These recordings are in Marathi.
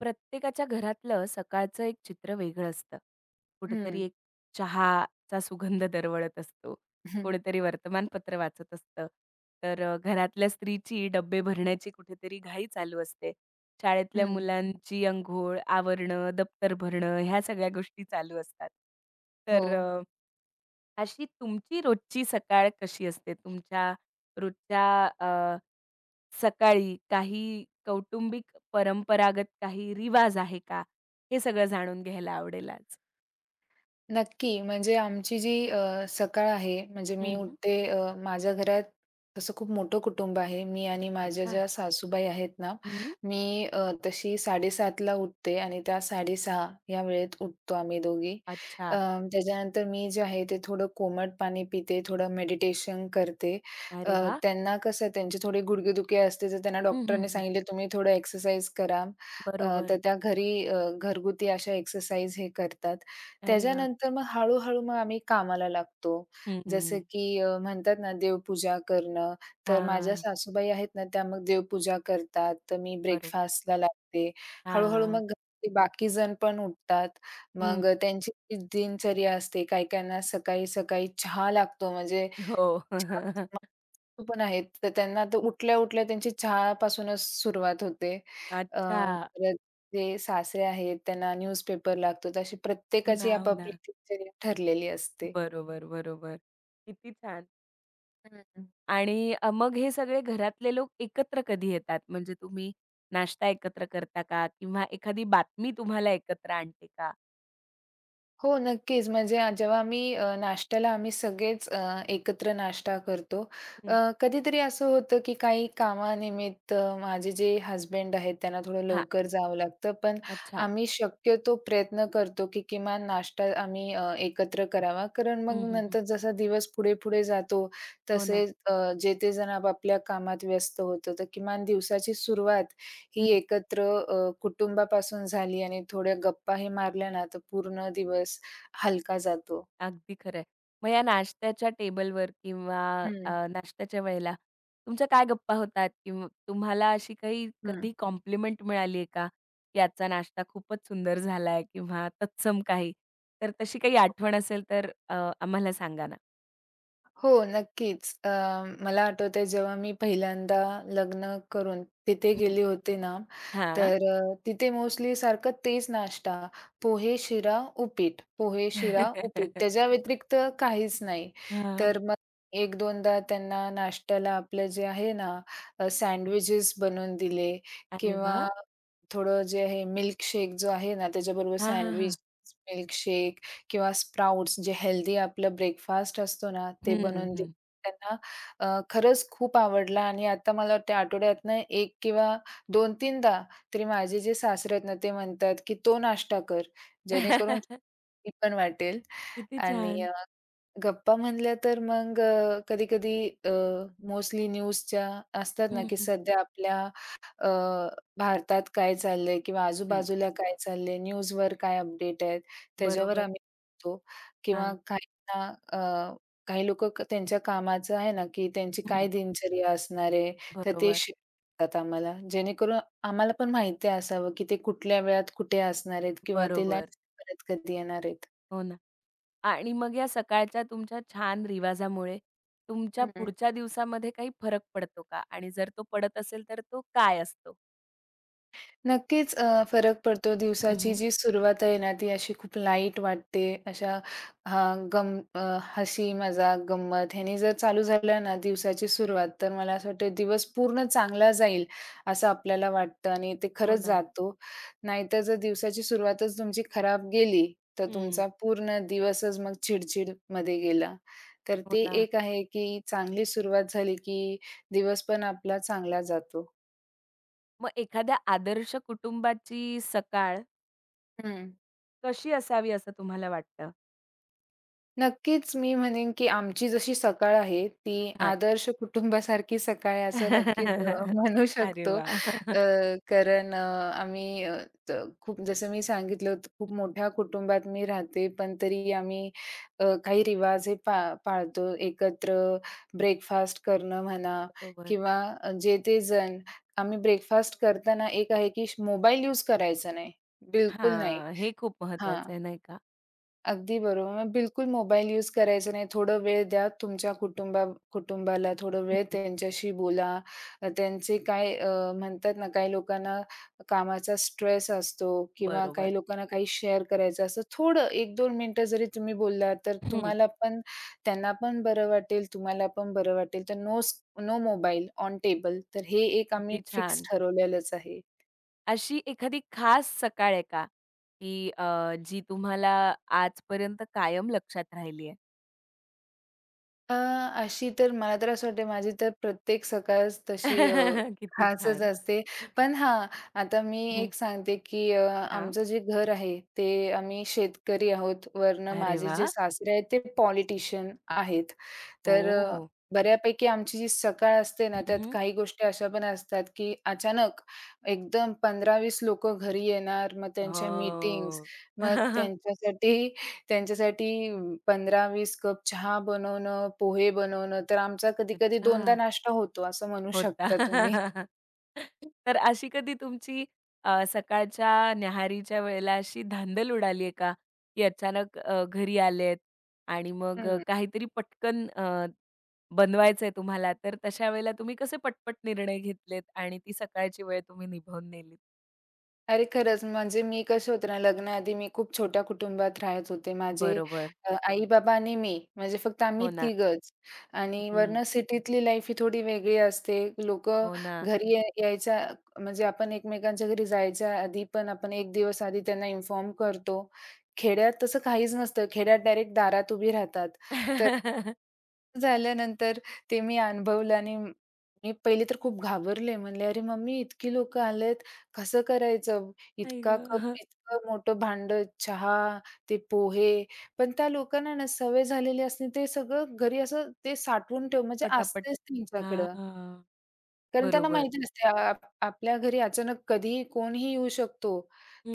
प्रत्येकाच्या घरातलं सकाळचं एक चित्र वेगळं असतं. कुठेतरी हं, एक चहाचा सुगंध दरवळत असतो. हं, कोणीतरी वर्तमानपत्र वाचत असतं. तर घरातल्या स्त्रीची डब्बे भरण्याची कुठेतरी घाई चालू असते. शाळेतल्या हं. मुलांची अंघोळ, आवरणं, दप्तर भरणं ह्या सगळ्या गोष्टी चालू असतात. हो. तर अशी तुमची रोजची सकाळ कशी असते? तुमच्या रोजच्या अ, सकाळी काही कौटुंबिक परंपरागत काही रिवाज आहे का? हे सगळं जाणून घ्यायला आवडेल आज. नक्की. म्हणजे आमची जी सकाळ आहे म्हणजे हं, मी हं. उठते माझ्या घरात तसं खूप मोठं कुटुंब आहे. मी आणि माझ्या अच्छा. ज्या सासूबाई आहेत ना, हं. मी अ, तशी 7:30ला उठते आणि त्या 6:30 या वेळेत उठतो आम्ही दोघी. अ, अच्छा. त्याच्यानंतर मी जे आहे ते थोडं कोमट पाणी पिते, थोडं मेडिटेशन करते. अ, अरे वाह! त्यांना कसं त्यांची थोडी गुडघेदुखी असते, तर त्यांना हं, हं, डॉक्टरांनी हं. सांगितले, "तुम्ही थोडं एक्सरसाइज करा." तर बरोबर. त्या घरी घरगुती अशा एक्सरसाइज हे करतात. अरे वाह! त्याच्यानंतर मग हळू-हळू मग आम्ही कामाला लागतो. जसं हं. की म्हणतात ना देवपूजा करणं. तर माझ्या हां. सासूबाई आहेत ना, त्या मग देवपूजा करतात. तर मी बरोबर. ब्रेकफास्टला लागते. हळू मग हां. घरातले बाकी जण पण उठतात. हं. मग त्यांची ती दिनचर्या असते. काही-काहींना सकाळी-सकाळी चहा लागतो म्हणजे हो. चहा पण आहेत. तर त्यांना आता उठल्या-उठल्या त्यांची चहापासूनच सुरुवात होते. अच्छा. परत जे सासरे आहेत त्यांना न्यूजपेपर लागतो. तर अशी हो प्रत्येकाची ना, हो ना. आपापली दिनचर्या ठरलेली असते. बरोबर, बरोबर. किती छान. हं. आणि मग हे सगळे घरातले लोक एकत्र कधी येतात? म्हणजे तुम्ही नाश्ता एकत्र करता का? किंवा एखादी बातमी तुम्हाला एकत्र आणते का? हो, नक्कीच. म्हणजे जेव्हा आम्ही नाश्त्याला आम्ही सगळेच एकत्र नाश्ता करतो. अ, हं. कधीतरी असं होतं, की काही कामानिमित्त माझे जे हसबंड आहेत, त्यांना थोडं हां, लवकर जावं लागतं. पण अच्छा. आम्ही शक्यतो प्रयत्न करतो, की किमान नाश्ता आम्ही एकत्र करावा. कारण मग हं, हं, हं. नंतर जसा दिवस पुढे-पुढे जातो, हो ना. तसेच जे ते जण आपापल्या कामात व्यस्त होतं, तर किमान दिवसाची सुरुवात हं. ही एकत्र कुटुंबापासून झाली आणि थोड्या गप्पाही मारल्या ना, तर पूर्ण दिवस हलका जातो. अगदी खरं आहे. मग या नाश्त्याच्या टेबलवर किंवा हं, नाश्त्याच्या वेळेला तुमच्या काय गप्पा होतात? किंवा तुम्हाला अशी काही हं. कधी कॉम्प्लिमेंट मिळाली आहे का? की आजचा नाश्ता खूपच सुंदर झालाय किंवा तत्सम काही. तर तशी काही आठवण असेल तर आम्हाला सांगा ना? हो, नक्कीच. मला आठवतंय जेव्हा मी पहिल्यांदा लग्न करून तिथे हं. गेले होते ना, हां. तर तिथे मोस्टली सारखं तेच नाश्ता. पोहे, शिरा, उपीट, पोहे, शिरा, उपीट. त्याच्या व्यतिरिक्त काहीच नाही. हां. तर मग एक दोनदा त्यांना नाश्त्याला आपलं जे आहे ना, सँडविचेस बनवून दिले अरे वाह! किंवा थोडं जे आहे मिल्कशेक जो आहे ना, त्याच्याबरोबर हां, हां, हां. सँडविच, मिल्कशेक किंवा स्प्राउट्स जे हेल्दी आपलं ब्रेकफास्ट असतो ना, ते हं, बनवून दिलं. हं. त्यांना खरंच खूप आवडला आणि आता मला वाटतं आठवड्यातनं एक किंवा 2-3दा तरी माझे जे सासरे आहेत ना, ते म्हणतात, की "तो नाश्ता कर, जेणेकरून" "ती पण वाटेल". किती आणि छान. गप्पा म्हणल्या तर मग कधी-कधी अ, मोस्टली न्यूजच्या असतात ना, हं, की हं, सध्या आपल्या अ, भारतात काय चाललंय किंवा हं. आजूबाजूला काय चाललंय, न्यूजवर काय अपडेट आहेत, त्याच्यावर बरोबर. आम्ही बघतो किंवा हां. काहींना अ, काही लोकं त्यांच्या कामाचं आहे ना, की त्यांची काय हं. दिनचर्या असणार आहे, तर ते बरोबर, शेअर करतात आम्हाला. जेणेकरून आम्हाला पण माहिती असावं, की ते कुठल्या वेळात कुठे असणार आहेत किंवा ते बरोबर. लंच परत कधी येणार आहेत. हो ना. आणि मग या सकाळच्या तुमच्या छान रिवाजामुळे तुमच्या पुढच्या दिवसामध्ये काही फरक पडतो का? आणि जर तो पडत असेल तर तो काय असतो? नक्कीच फरक पडतो. हं, दिवसाची हं. जी सुरुवात आहे ना, ती अशी खूप लाईट वाटते. अशा हां, हसी, मजाक, गंमत ह्यानी जर चालू झालं ना दिवसाची सुरुवात, तर मला असं वाटतं दिवस पूर्ण चांगला जाईल, असं आपल्याला वाटतं आणि ते हो खरंच ना. जातो. नाहीतर जर दिवसाची सुरुवातच तुमची खराब गेली, तर हं. तुमचा पूर्ण दिवसच मग चिडचिडमध्ये गेला. तर हो ते ना. एक आहे, की चांगली सुरुवात झाली, की दिवस पण आपला चांगला जातो. मग एखाद्या आदर्श कुटुंबाची सकाळ हं. कशी असावी असं तुम्हाला वाटतं? नक्कीच, मी म्हणेन की आमची जशी सकाळ आहे, ती आदर्श कुटुंबासारखी सकाळ आहे असं नक्कीच अ, म्हणू अरे शकतो. वा, अ, कारण आम्ही त खूप जसं मी सांगितलं होतं, खूप मोठ्या कुटुंबात मी राहते, पण तरी आम्ही काही रिवाज हे पाळतो. एकत्र ब्रेकफास्ट करणं म्हणा बरोबर. किंवा जे ते जण आम्ही ब्रेकफास्ट करताना एक आहे की मोबाईल यूज करायचा नाही, बिलकुल नाही. हां, हे खूप हां. महत्वाचं आहे नाही का? अगदी बरोबर. मग बिलकुल मोबाईल यूज करायचा नाही. थोडा वेळ द्या तुमच्या कुटुंबाला थोडा वेळ हं, त्यांच्याशी बोला. त्यांचे काय म्हणतात ना, काही लोकांना कामाचा स्ट्रेस असतो किंवा काही बरोबर. लोकांना काही शेअर करायचं असतं. थोडं 1-2 मिनिटं जरी तुम्ही बोललात, तर हं. तुम्हाला पण त्यांना पण बरं वाटेल, तुम्हाला पण बरं वाटेल. तर no no mobile on table. तर हे एक आम्ही किती फिक्स छान. ठरवलेलंच आहे. अशी एखादी खास सकाळ आहे का, की जी तुम्हाला आजपर्यंत कायम लक्षात राहिली आहे? अ, अशी तर मला तर असं वाटते माझी तर प्रत्येक सकाळच तशी किती खासच छान. असते. पण हां, आता मी हं. एक सांगते, की हां. आमचं जे घर आहे ते आम्ही शेतकरी आहोत. वरनं अरे माझे जे वाह! सासरे आहेत ते पॉलिटिशियन आहेत. तर ओह! बऱ्यापैकी आमची जी सकाळ असते ना, त्यात हं, काही गोष्टी अशा पण असतात, की अचानक एकदम 15-20 लोकं घरी येणार. मग त्यांच्या मीटिंग्स, हो. मग त्यांच्यासाठी त्यांच्यासाठी 15-20 कप चहा बनवणं, पोहे बनवणं. तर आमचा कधी-कधी 2दा अच्छा. नाश्ता होतो असं म्हणू शकता तुम्ही. होता. तर अशी कधी तुमची सकाळच्या न्याहारीच्या वेळेला अशी धांदल उडाली आहे का? की अचानक घरी आलेत आणि मग हं. काहीतरी पटकन बनवायचंय तुम्हाला, तर तशा वेळेला तुम्ही कसे पटपट निर्णय घेतलेत आणि ती सकाळची वेळ तुम्ही निभावून नेलीत? अरे खरंच, म्हणजे मी कसं होतं ना, लग्नाआधी मी खूप छोट्या कुटुंबात राहत होते. माझे बरोबर. अ, आई-बाबा आणि मी, म्हणजे फक्त आम्ही हो ना. तिघंच आणि हं. वरनं सिटीतली लाईफ ही थोडी वेगळी असते. लोकं हो ना. घरी यायच्या म्हणजे आपण एकमेकांच्या घरी जायच्या आधी पण आपण 1 दिवस आधी त्यांना इन्फॉर्म करतो. खेड्यात तसं काहीच नसतं. खेड्यात डायरेक्ट दारात उभी राहतात. तर झाल्यानंतर ते मी अनुभवलं आणि मी पहिले तर खूप घाबरले. म्हणले, "अरे मम्मी, इतकी लोकं आलेत, कसं करायचं? आई इतका कप, गं! इतकं मोठं भांड चहा, ते पोहे." पण त्या लोकांना ना सवय झालेली असते ते सगळं घरी असं ते साठवून ठेव म्हणजे पटापट. असतेच त्यांच्याकडं. हां. कारण त्यांना बरोबर. माहिती नसते आ आप आपल्या घरी अचानक कधीही कोणीही येऊ शकतो.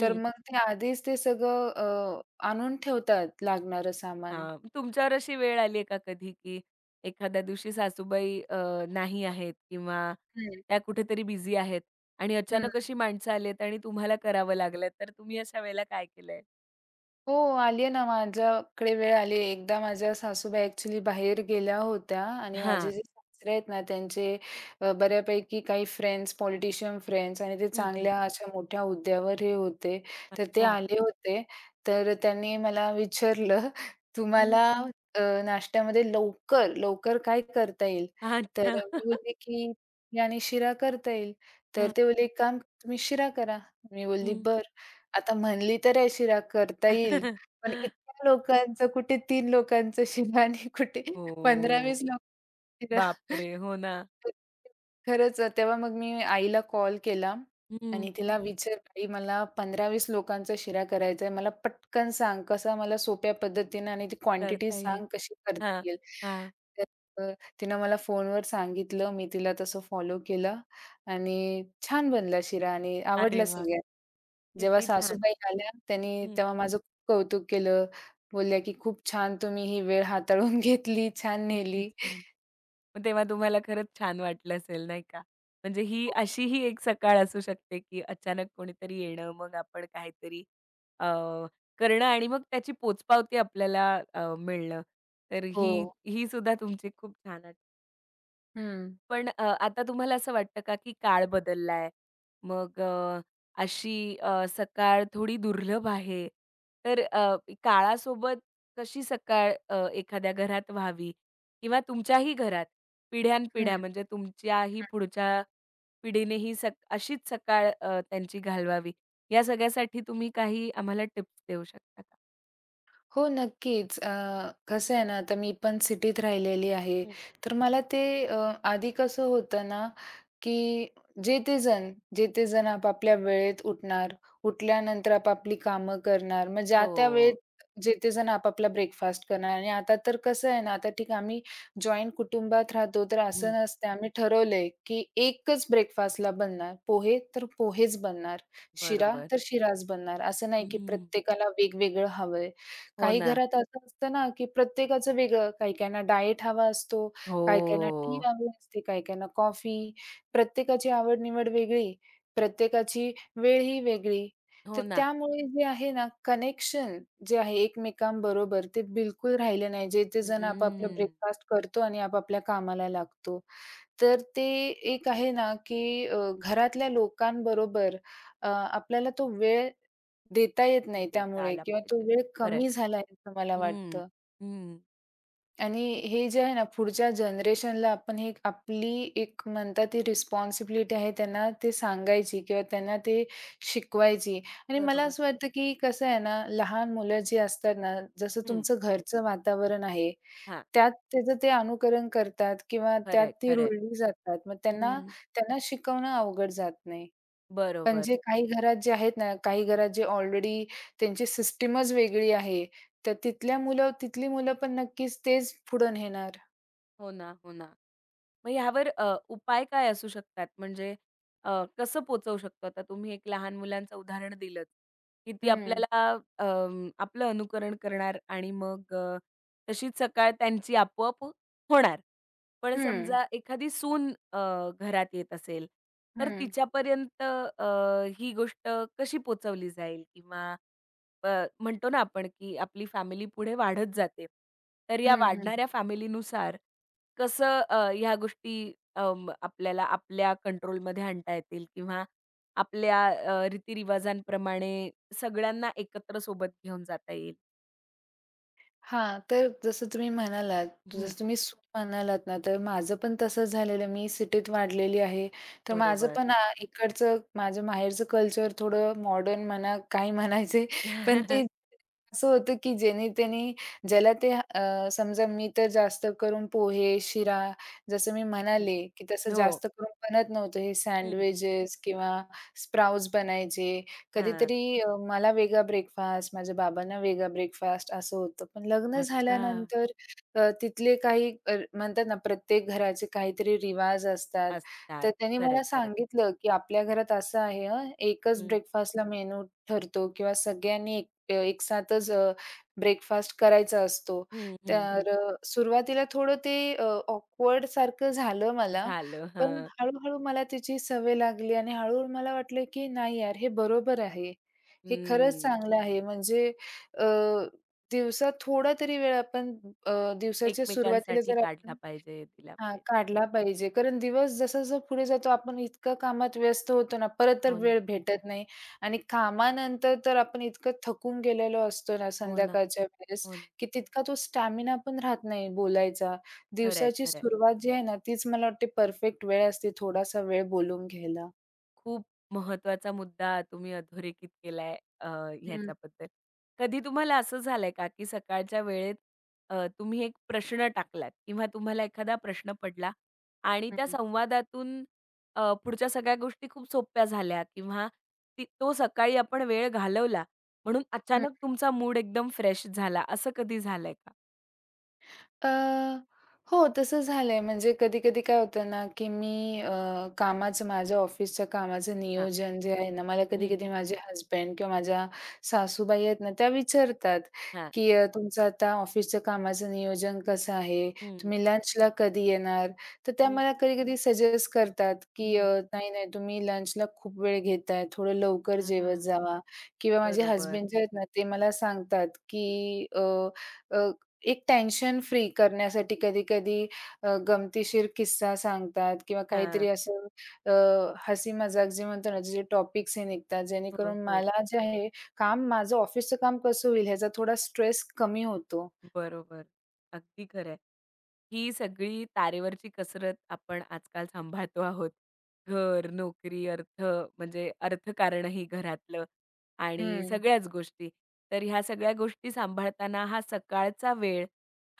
तर मग ते आधीच ते सगळं अ, आणून ठेवतात लागणारं सामान. हां, तुमच्यावर अशी वेळ आली आहे का कधी, की एखाद्या दिवशी सासूबाई नाही आहेत किंवा हं, त्या कुठेतरी बिझी आहेत आणि अचानक अशी माणसं आली आहेत आणि तुम्हाला करावं लागलं, तर तुम्ही अशा वेळेला काय केलंय? हो, आली आहे ना, माझ्याकडे वेळ आली आहे. एकदा माझ्या सासूबाई ॲक्चुअली बाहेर गेल्या होत्या आणि माझे हां. जे सासरे आहेत ना, त्यांचे बऱ्यापैकी काही फ्रेंड्स, पॉलिटिशियन फ्रेंड्स आणि ते हं, हं. चांगल्या अशा मोठ्या हुद्द्यावर हे होते. तर ते अच्छा. आले होते. तर त्यांनी मला विचारलं, हं. "तुम्हाला नाश्त्यामध्ये लवकर, लवकर काय करता येईल?" तर अच्छा. मी बोलली, की "मी "आणि शिरा करता येईल." तर हं, ते बोलले, "एक काम तुम्ही शिरा करा." मी बोलली, हं. "बरं." आता म्हणली तर आहे शिरा करता येईल. पण इतक्या लोकांचं कुठे 3 लोकांचं शिरा आणि कुठे हो. 15-20 तिला बापरे! हो ना. खरंच तेव्हा मग मी आईला कॉल केला हं. आणि तिला विचारलं, "आई मला 15-20 लोकांचा शिरा करायचा आहे. मला पटकन सांग कसा मला सोप्या पद्धतीने आणि ती क्वांटिटी करता येईल. सांग कशी करता हां, येईल." हां. तर अ, तिनं मला फोनवर सांगितलं. मी तिला तसं फॉलो केलं आणि छान बनला शिरा आणि अरे आवडला वाह! सगळ्यांना. जेव्हा किती छान. सासूबाई आल्या त्यांनी तेव्हा माझं खूप कौतुक केलं. बोलल्या, की "खूप छान तुम्ही ही वेळ हाताळून घेतली, छान किती नेली." छान. मग तेव्हा तुम्हाला खरंच छान वाटलं असेल नाही का? म्हणजे ही अशी ही एक सकाळ असू शकते, की अचानक कोणीतरी येणं, मग आपण काहीतरी अ, करणं आणि मग त्याची पोचपावती आपल्याला मिळणं. तर हो. ही ही सुद्धा तुमची खूप छान हं. पण आता तुम्हाला असं वाटतं का, की काळ बदललाय? मग अशी सकाळ थोडी दुर्लभ आहे. तर काळासोबत कशी सकाळ एखाद्या घरात व्हावी किंवा तुमच्याही घरात पिढ्यानपिढ्या हं. म्हणजे तुमच्याही पुढच्या पिढीनेही सक अशीच सकाळ त्यांची घालवावी, या सगळ्यासाठी तुम्ही काही आम्हाला टिप्स देऊ शकता का? हो, नक्कीच. कसं आहे ना, आता मी पण सिटीत राहिलेली आहे. हं. तर मला ते आधी कसं होतं ना, की जे ते जण, जे ते जण आपापल्या वेळेत उठणार, उठल्यानंतर आपापली कामं करणार. मग ज्या त्या वेळेत हो. जे ते जण आपापला ब्रेकफास्ट करणार आणि आता तर कसं आहे ना, आता ठीक आहे आम्ही जॉइंट कुटुंबात राहतो, तर असं हं. नसतं. आम्ही ठरवलंय, की एकच ब्रेकफास्टला बनणार. पोहे तर पोहेच बनणार, शिरा बरोबर. तर शिराच बनणार. असं नाही, की हं. प्रत्येकाला वेगवेगळं हवंय. हो काही ना. घरात असं असतं ना, की प्रत्येकाचं वेगळं. काही काहींना डाएट हवा असतो, हो. काही काहींना टी हवी असते, काही काहींना कॉफी. प्रत्येकाची आवड-निवड वेगळी, प्रत्येकाची वेळ ही वेगळी. तर हो ना. त्यामुळे जे आहे ना, कनेक्शन जे आहे एकमेकांबरोबर ते बिलकुल राहिलं नाही. जे ते जण आपापलं हम्म. ब्रेकफास्ट करतो आणि आपापल्या कामाला लागतो. तर ते एक आहे ना, की घरातल्या लोकांबरोबर आपल्याला तो वेळ देता येत नाही देता त्यामुळे आला किंवा तो पाहिजे. वेळ खरंय. कमी झाला आहे असं मला हं, वाटतं. हं. आणि हे जे आहे ना पुढच्या जनरेशनला आपण हे आपली एक म्हणतात ती रिस्पॉन्सिबिलिटी आहे त्यांना ते सांगायची किंवा त्यांना ते शिकवायची. आणि मला बरोबर. असं वाटतं, की कसं आहे ना लहान मुलं जी असतात ना, जसं हं. तुमचं घरचं वातावरण आहे, हां. त्यात त्याचं ते अनुकरण करतात किंवा त्यात खरंय, ती खरंय. रुळली जातात. मग त्यांना हं. त्यांना शिकवणं अवघड जात नाही. पण बरोबर. जे काही घरात जे आहेत ना, काही घरात जे ऑलरेडी त्यांची सिस्टमच वेगळी आहे. तर तिथल्या मुलं तिथली मुलं पण नक्कीच तेच पुढे नेणार. हो ना, हो ना. मग ह्यावर उपाय काय असू शकतात? म्हणजे कसं पोहचवू शकतो? आता तुम्ही एक लहान मुलांचं उदाहरण दिलंच, की ती हं, आपल्याला अं, आपलं अनुकरण करणार आणि मग तशीच सकाळ त्यांची आपोआप होणार. पण हं, समजा एखादी सून घरात येत असेल, तर हं, तिच्यापर्यंत ही गोष्ट कशी पोहचवली जाईल? किंवा अ, म्हणतो ना आपण, की आपली फॅमिली पुढे वाढत जाते. तर या हं, हं. वाढणाऱ्या फॅमिलीनुसार कसं ह्या गोष्टी अं, आपल्याला आपल्या कंट्रोलमध्ये आणता येतील किंवा आपल्या रीतिरिवाजांप्रमाणे सगळ्यांना एकत्र सोबत घेऊन जाता येईल. हां, तर जसं तुम्ही म्हणालात, हं, जसं तुम्ही सून म्हणालात ना, तर माझं पण तसंच झालेलं. मी सिटीत वाढलेली आहे. तर माझं बरोबर. पण अ, इकडचं माझं माहेरचं कल्चर थोडं मॉडर्न म्हणा, काही म्हणायचे पण ते असं होतं की जेणे त्याने ज्याला ते समजा मी तर जास्त करून पोहे, शिरा जसं मी हं, म्हणाले, की तसं हो. जास्त करून बनत नव्हतं. हे हं, हं. सँडविचेस किंवा स्प्राउट्स बनायचे. हां. कधीतरी मला वेगळा ब्रेकफास्ट, माझ्या बाबांना वेगळा ब्रेकफास्ट असं होतं. पण लग्न अच्छा. झाल्यानंतर तिथले काही म्हणतात ना, प्रत्येक घराचे काहीतरी रिवाज असतात. असतात. तर त्यांनी खरंय, मला खरंय. सांगितलं, की आपल्या घरात असं आहे हं, एकच हं, ब्रेकफास्टला मेनू ठरतो किंवा सगळ्यांनी एकसाथच ब्रेकफास्ट करायचा असतो. हं, तर हं, हं. हं. सुरुवातीला थोडं ते ऑकवर्ड सारखं झालं मला. झालं. पण हं. हळू-हळू मला त्याची सवय लागली आणि हळू मला वाटलं, की नाही यार हे बरोबर आहे. हे खरंच हं. चांगलं आहे. म्हणजे अ, दिवसात थोडा तरी वेळ आपण दिवसाच्या सुरुवातीला एकमेकांसाठी जर काढला आपण पाहिजे, दिला हां, पाहिजे. काढला पाहिजे. कारण दिवस जसा-जसा पुढे जातो आपण इतकं कामात व्यस्त होतो ना, परत तर हो ना, वेळ भेटत नाही आणि कामानंतर तर आपण इतकं थकून गेलेलो असतो ना हो ना, संध्याकाळच्या वेळेस, हो ना. की तितका तो स्टॅमिना पण राहत नाही बोलायचा. खरंय, दिवसाची खरंय. सुरुवात जी आहे ना, तीच मला वाटते परफेक्ट वेळ असते थोडासा वेळ बोलून घ्यायला. खूप महत्वाचा मुद्दा तुम्ही अधोरेखित केलाय अ, हं, ह्याच्याबद्दल. कधी तुम्हाला असं झालंय का, की सकाळच्या वेळेत तुम्ही एक प्रश्न टाकलात किंवा तुम्हाला एखादा प्रश्न पडला आणि त्या हं, संवादातून पुढच्या सगळ्या गोष्टी खूप सोप्या झाल्या किंवा ती तो सकाळी आपण वेळ घालवला म्हणून अचानक तुमचा मूड एकदम फ्रेश झाला, असं कधी झालंय का? अ, हो, तसं झालंय. म्हणजे कधी-कधी काय होतं ना, की मी कामाचं माझ्या ऑफिसच्या कामाचं हां. नियोजन जे आहे ना, मला हं, कधी-कधी हं. माझे हसबंड किंवा माझ्या सासूबाई आहेत ना, त्या विचारतात, हां. की "तुमचं आता ऑफिसच्या कामाचं नियोजन कसं आहे? हं, तुम्ही लंचला कधी येणार?" तर त्या हं, मला कधी-कधी सजेस्ट करतात, की हं. "नाही, नाही, तुम्ही लंचला खूप वेळ घेताय. थोडं लवकर जेवत हां, जावा." किंवा माझे बरोबर. हसबंड जे आहेत ना, ते मला सांगतात, की अ, अ, एक टेन्शन फ्री करण्यासाठी कधी-कधी गमतीशीर किस्सा सांगतात किंवा काहीतरी हां. असं अ, हसी-मजाक जे म्हणतो ना, जे टॉपिक्स हे निघतात, हो, जेणेकरून हो. मला जे आहे काम माझं ऑफिसचं काम कसं होईल ह्याचा थोडा स्ट्रेस कमी होतो. बरोबर. अगदी खरं ही सगळी तारेवरची कसरत आपण आजकाल सांभाळतो आहोत. घर, नोकरी, अर्थ म्हणजे अर्थकारणही घरातलं आणि हं, सगळ्याच गोष्टी. तर ह्या सगळ्या गोष्टी सांभाळताना हा सकाळचा वेळ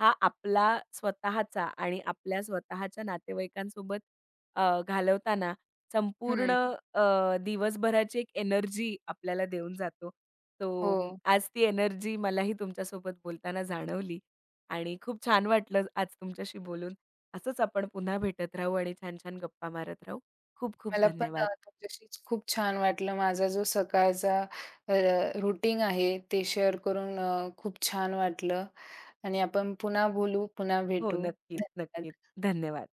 हा आपला स्वतःचा आणि आपल्या स्वतःच्या नातेवाईकांसोबत घालवताना संपूर्ण हं. अ, दिवसभराची एक एनर्जी आपल्याला देऊन जातो सो अं, हो. आज ती एनर्जी मलाही तुमच्यासोबत बोलताना जाणवली आणि खूप छान वाटलं आज तुमच्याशी बोलून. असंच आपण पुन्हा भेटत राहू आणि छान-छान गप्पा मारत राहू. खूप खूप मला पण धन्यवाद. तुमच्याशी खूप छान वाटलं. माझा जो सकाळचा अ, आहे ते शेअर करून खूप छान वाटलं आणि आपण पुन्हा बोलू, पुन्हा हो, भेटू. नक्कीच, धन्यवाद. नक्कीच. धन्यवाद.